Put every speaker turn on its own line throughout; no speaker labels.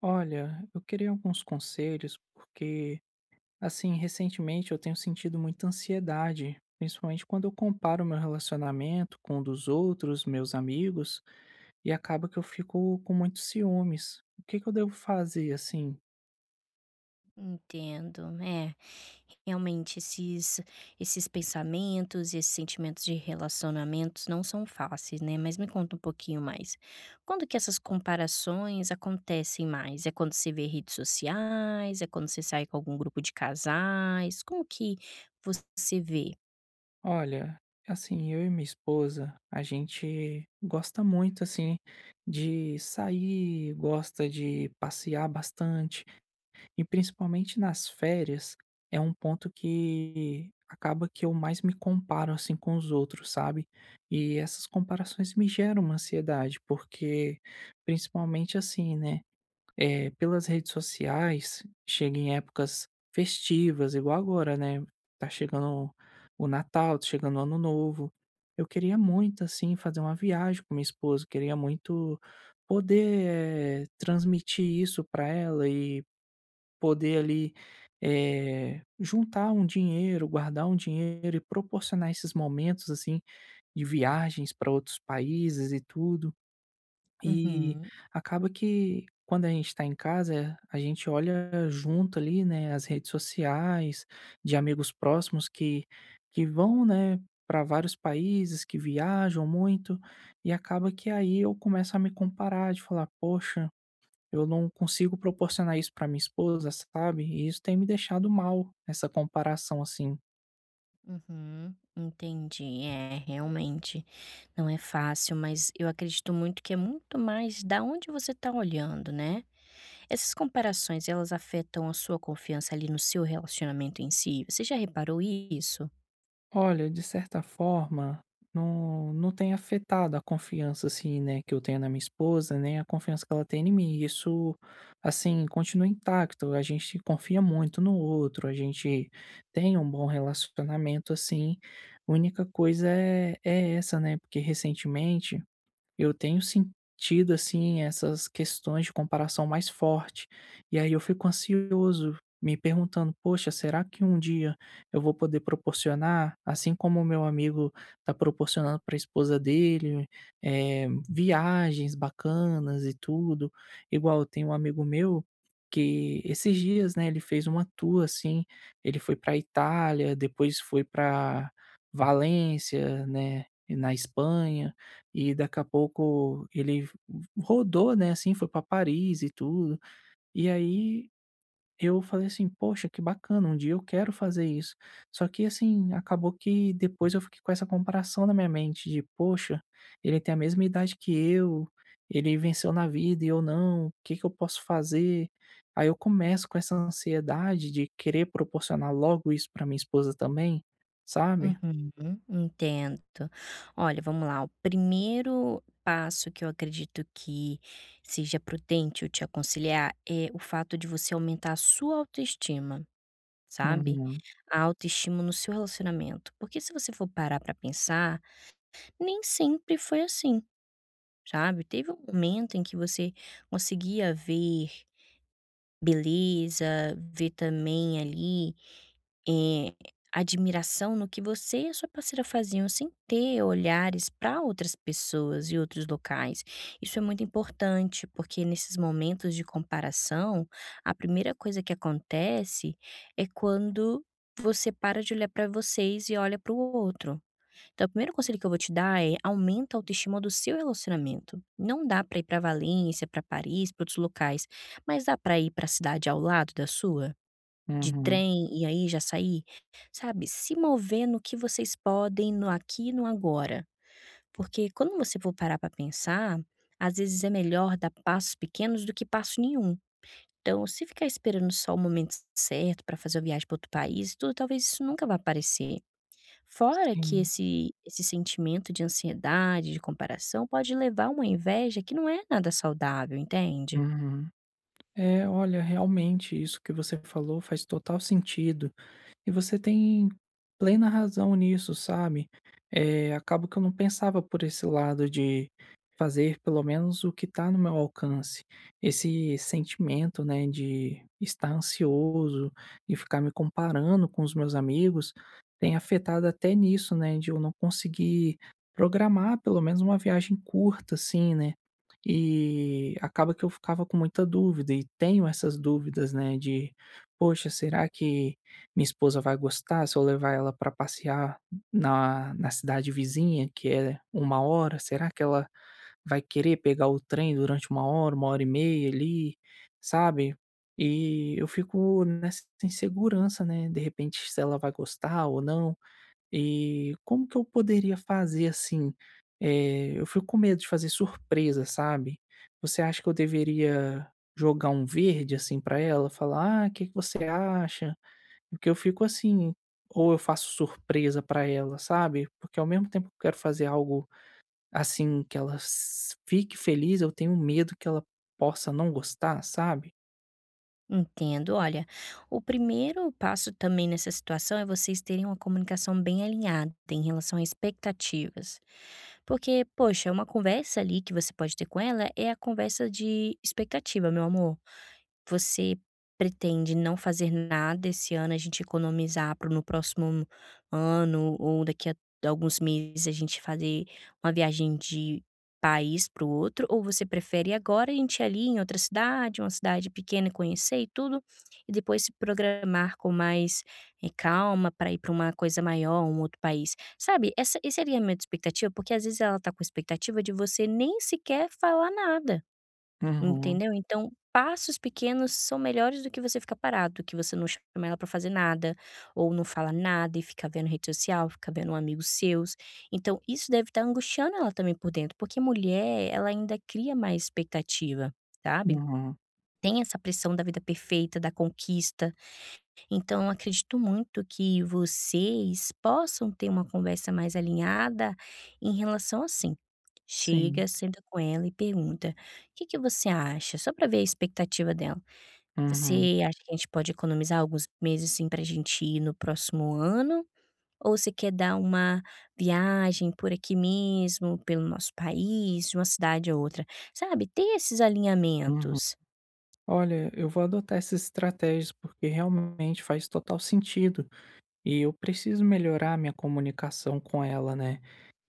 Olha, eu queria alguns conselhos, porque, assim, recentemente eu tenho sentido muita ansiedade, principalmente quando eu comparo meu relacionamento com o dos outros, meus amigos, e acaba que eu fico com muitos ciúmes. O que que eu devo fazer, assim?
Entendo, é, realmente esses pensamentos, esses sentimentos de relacionamentos não são fáceis, né, mas me conta um pouquinho mais. Quando que essas comparações acontecem mais? É quando você vê redes sociais? É quando você sai com algum grupo de casais? Como que você vê?
Olha, assim, eu e minha esposa, a gente gosta muito, assim, de sair, gosta de passear bastante. E principalmente nas férias, é um ponto que acaba que eu mais me comparo assim com os outros, sabe? E essas comparações me geram uma ansiedade, porque principalmente assim, né? É, pelas redes sociais, chega em épocas festivas, igual agora, né? Tá chegando o Natal, tá chegando o Ano Novo. Eu queria muito, assim, fazer uma viagem com minha esposa, queria muito poder transmitir isso para ela e poder ali, juntar um dinheiro, guardar um dinheiro e proporcionar esses momentos, assim, de viagens para outros países e tudo. E
Uhum,
acaba que quando a gente está em casa, a gente olha junto ali, né, as redes sociais de amigos próximos que vão, né, para vários países, que viajam muito, e acaba que aí eu começo a me comparar, de falar: "Poxa, eu não consigo proporcionar isso para minha esposa, sabe? E isso tem me deixado mal, essa comparação assim."
uhum, entendi. É, realmente não é fácil, mas eu acredito muito que é muito mais da onde você está olhando, né. Essas comparações, elas afetam a sua confiança ali no seu relacionamento em si? Você já reparou isso?
Olha, de certa forma, não, não tem afetado a confiança assim, né, que eu tenho na minha esposa, nem a confiança que ela tem em mim. Isso, assim, continua intacto. A gente confia muito no outro, a gente tem um bom relacionamento assim. A única coisa é, é essa, né? Porque recentemente eu tenho sentido, assim, essas questões de comparação mais forte, e aí eu fico ansioso, me perguntando: "Poxa, será que um dia eu vou poder proporcionar, assim como o meu amigo está proporcionando para a esposa dele, viagens bacanas e tudo". Igual tem um amigo meu que esses dias, né, ele fez uma tour, assim, ele foi pra Itália, depois foi para Valência, né, na Espanha. E daqui a pouco ele rodou, né, assim, foi para Paris e tudo. E aí eu falei assim: "Poxa, que bacana, um dia eu quero fazer isso". Só que assim, acabou que depois eu fiquei com essa comparação na minha mente de: "Poxa, ele tem a mesma idade que eu, ele venceu na vida e eu não, o que que eu posso fazer?". Aí eu começo com essa ansiedade de querer proporcionar logo isso para minha esposa também, sabe?
Uhum, entendo. Olha, vamos lá. O primeiro passo que eu acredito que seja prudente eu te aconselhar é o fato de você aumentar a sua autoestima, sabe?
Uhum,
A autoestima no seu relacionamento. Porque se você for parar pra pensar, nem sempre foi assim, sabe? Teve um momento em que você conseguia ver beleza, ver também ali, eh, admiração no que você e a sua parceira faziam sem ter olhares para outras pessoas e outros locais. Isso é muito importante, porque nesses momentos de comparação, a primeira coisa que acontece é quando você para de olhar para vocês e olha para o outro. Então, o primeiro conselho que eu vou te dar é: aumenta a autoestima do seu relacionamento. Não dá pra ir pra Valência, pra Paris, pra outros locais, mas dá pra ir pra cidade ao lado da sua? De
uhum.
trem e aí já sair? Sabe, se mover no que vocês podem no aqui e no agora. Porque quando você for parar pra pensar, às vezes é melhor dar passos pequenos do que passo nenhum. Então, se ficar esperando só o momento certo pra fazer a viagem pra outro país, e tudo, talvez isso nunca vá aparecer. Fora que
Sim,
esse sentimento de ansiedade, de comparação, pode levar a uma inveja que não é nada saudável, entende?
uhum. É, olha, realmente isso que você falou faz total sentido. E você tem plena razão nisso, sabe? Acaba que eu não pensava por esse lado de fazer pelo menos o que está no meu alcance. Esse sentimento, né, de estar ansioso e ficar me comparando com os meus amigos tem afetado até nisso, né, de eu não conseguir programar pelo menos uma viagem curta, assim, né? E acaba que eu ficava com muita dúvida e tenho essas dúvidas, né, de poxa, será que minha esposa vai gostar se eu levar ela para passear na cidade vizinha, que é uma hora, será que ela vai querer pegar o trem durante uma hora e meia ali, sabe? E eu fico nessa insegurança, né, de repente se ela vai gostar ou não. E como que eu poderia fazer, assim? Eu fico com medo de fazer surpresa, sabe? Você acha que eu deveria jogar um verde, assim, pra ela, falar: "Ah, o que que você acha?" Porque eu fico assim, ou eu faço surpresa pra ela, sabe, porque ao mesmo tempo que eu quero fazer algo, assim, que ela s fique feliz, eu tenho medo que ela possa não gostar, sabe.
Entendo. Olha, o primeiro passo também nessa situação é vocês terem uma comunicação bem alinhada em relação a expectativas. Porque, poxa, uma conversa ali que você pode ter com ela é a conversa de expectativa, meu amor. Você pretende não fazer nada esse ano, a gente economizar para no próximo ano ou daqui a alguns meses a gente fazer uma viagem de país para o outro, ou você prefere agora a gente ir ali em outra cidade, uma cidade pequena, conhecer e tudo, e depois se programar com mais, calma para ir para uma coisa maior, um outro país? Sabe, essa esse seria a minha expectativa, porque às vezes ela tá com expectativa de você nem sequer falar nada.
Uhum,
Entendeu? Então, passos pequenos são melhores do que você ficar parado, que você não chama ela pra fazer nada, ou não fala nada e fica vendo rede social, fica vendo amigos seus. Então, isso deve estar angustiando ela também por dentro, porque mulher, ela ainda cria mais expectativa, sabe?
uhum.
Tem essa pressão da vida perfeita, da conquista, então, acredito muito que vocês possam ter uma conversa mais alinhada em relação assim.
Sim.
Chega, senta com ela e pergunta: o que que você acha? Só para ver a expectativa dela.
Uhum,
Você acha que a gente pode economizar alguns meses assim, para a gente ir no próximo ano? Ou você quer dar uma viagem por aqui mesmo, pelo nosso país, de uma cidade a outra? Sabe, ter esses
uhum.
alinhamentos.
Olha, eu vou adotar essas estratégias, porque realmente faz total sentido. E eu preciso melhorar a minha comunicação com ela, né.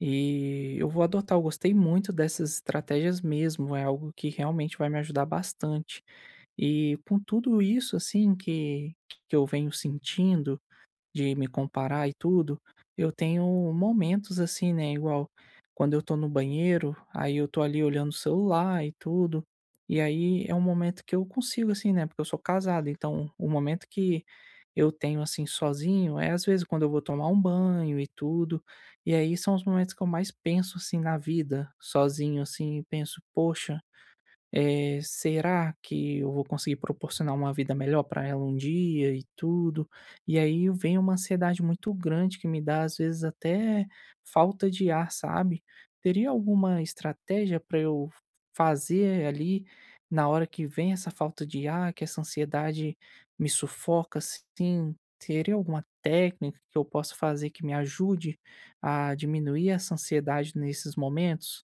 E eu vou adotar, eu gostei muito dessas estratégias mesmo, é algo que realmente vai me ajudar bastante. E com tudo isso, assim, que eu venho sentindo de me comparar e tudo, eu tenho momentos assim, né, igual quando eu tô no banheiro, aí eu tô ali olhando o celular e tudo, e aí é um momento que eu consigo assim, né, porque eu sou casado, então o momento que eu tenho assim sozinho é às vezes quando eu vou tomar um banho e tudo, e aí são os momentos que eu mais penso assim na vida, sozinho assim, e penso, poxa, será que eu vou conseguir proporcionar uma vida melhor para ela um dia e tudo? E aí vem uma ansiedade muito grande que me dá, às vezes, até falta de ar, sabe? Teria alguma estratégia para eu fazer ali na hora que vem essa falta de ar, que essa ansiedade me sufoca assim? Teria alguma técnica que eu possa fazer que me ajude a diminuir essa ansiedade nesses momentos?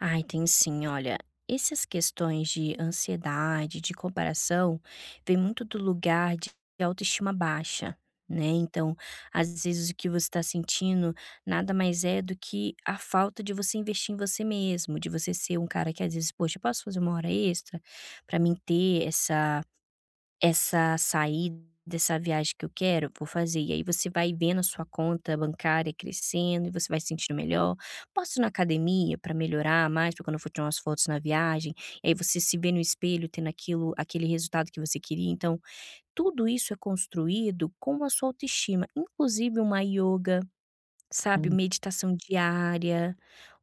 Ai, tem sim. Olha, essas questões de ansiedade, de comparação, vem muito do lugar de autoestima baixa, né. Então, às vezes, o que você está sentindo nada mais é do que a falta de você investir em você mesmo, de você ser um cara que, às vezes: "Poxa, eu posso fazer uma hora extra para mim ter essa saída, essa viagem que eu quero, vou fazer. E aí você vai vendo a sua conta bancária crescendo e você vai se sentindo melhor. Posso ir na academia para melhorar mais, para quando eu for tirar umas fotos na viagem, e aí você se vê no espelho tendo aquilo aquele resultado que você queria. Então, tudo isso é construído com a sua autoestima, inclusive uma yoga, sabe,
Hum.
meditação diária,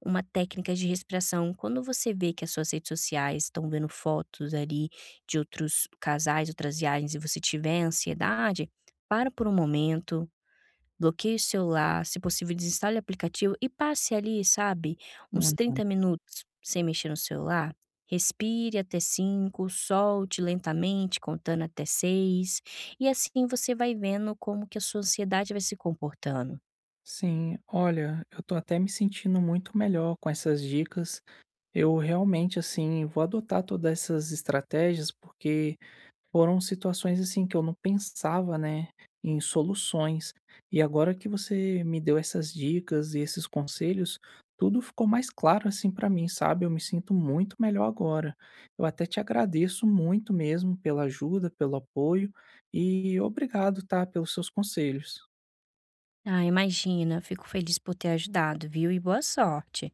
uma técnica de respiração. Quando você vê que as suas redes sociais estão vendo fotos ali de outros casais, outras viagens e você tiver ansiedade, para por um momento, bloqueie o celular, se possível desinstale o aplicativo e passe ali, sabe, uns 30 minutos sem mexer no celular. Respire até 5, solte lentamente, contando até 6, e assim você vai vendo como que a sua ansiedade vai se comportando.
Sim, olha, eu tô até me sentindo muito melhor com essas dicas. Eu realmente, assim, vou adotar todas essas estratégias porque foram situações, assim, que eu não pensava, né, em soluções. E agora que você me deu essas dicas e esses conselhos, tudo ficou mais claro, assim, pra mim, sabe? Eu me sinto muito melhor agora. Eu até te agradeço muito mesmo pela ajuda, pelo apoio e obrigado, tá, pelos seus conselhos.
Ah, imagina. Fico feliz por ter ajudado, viu? E boa sorte.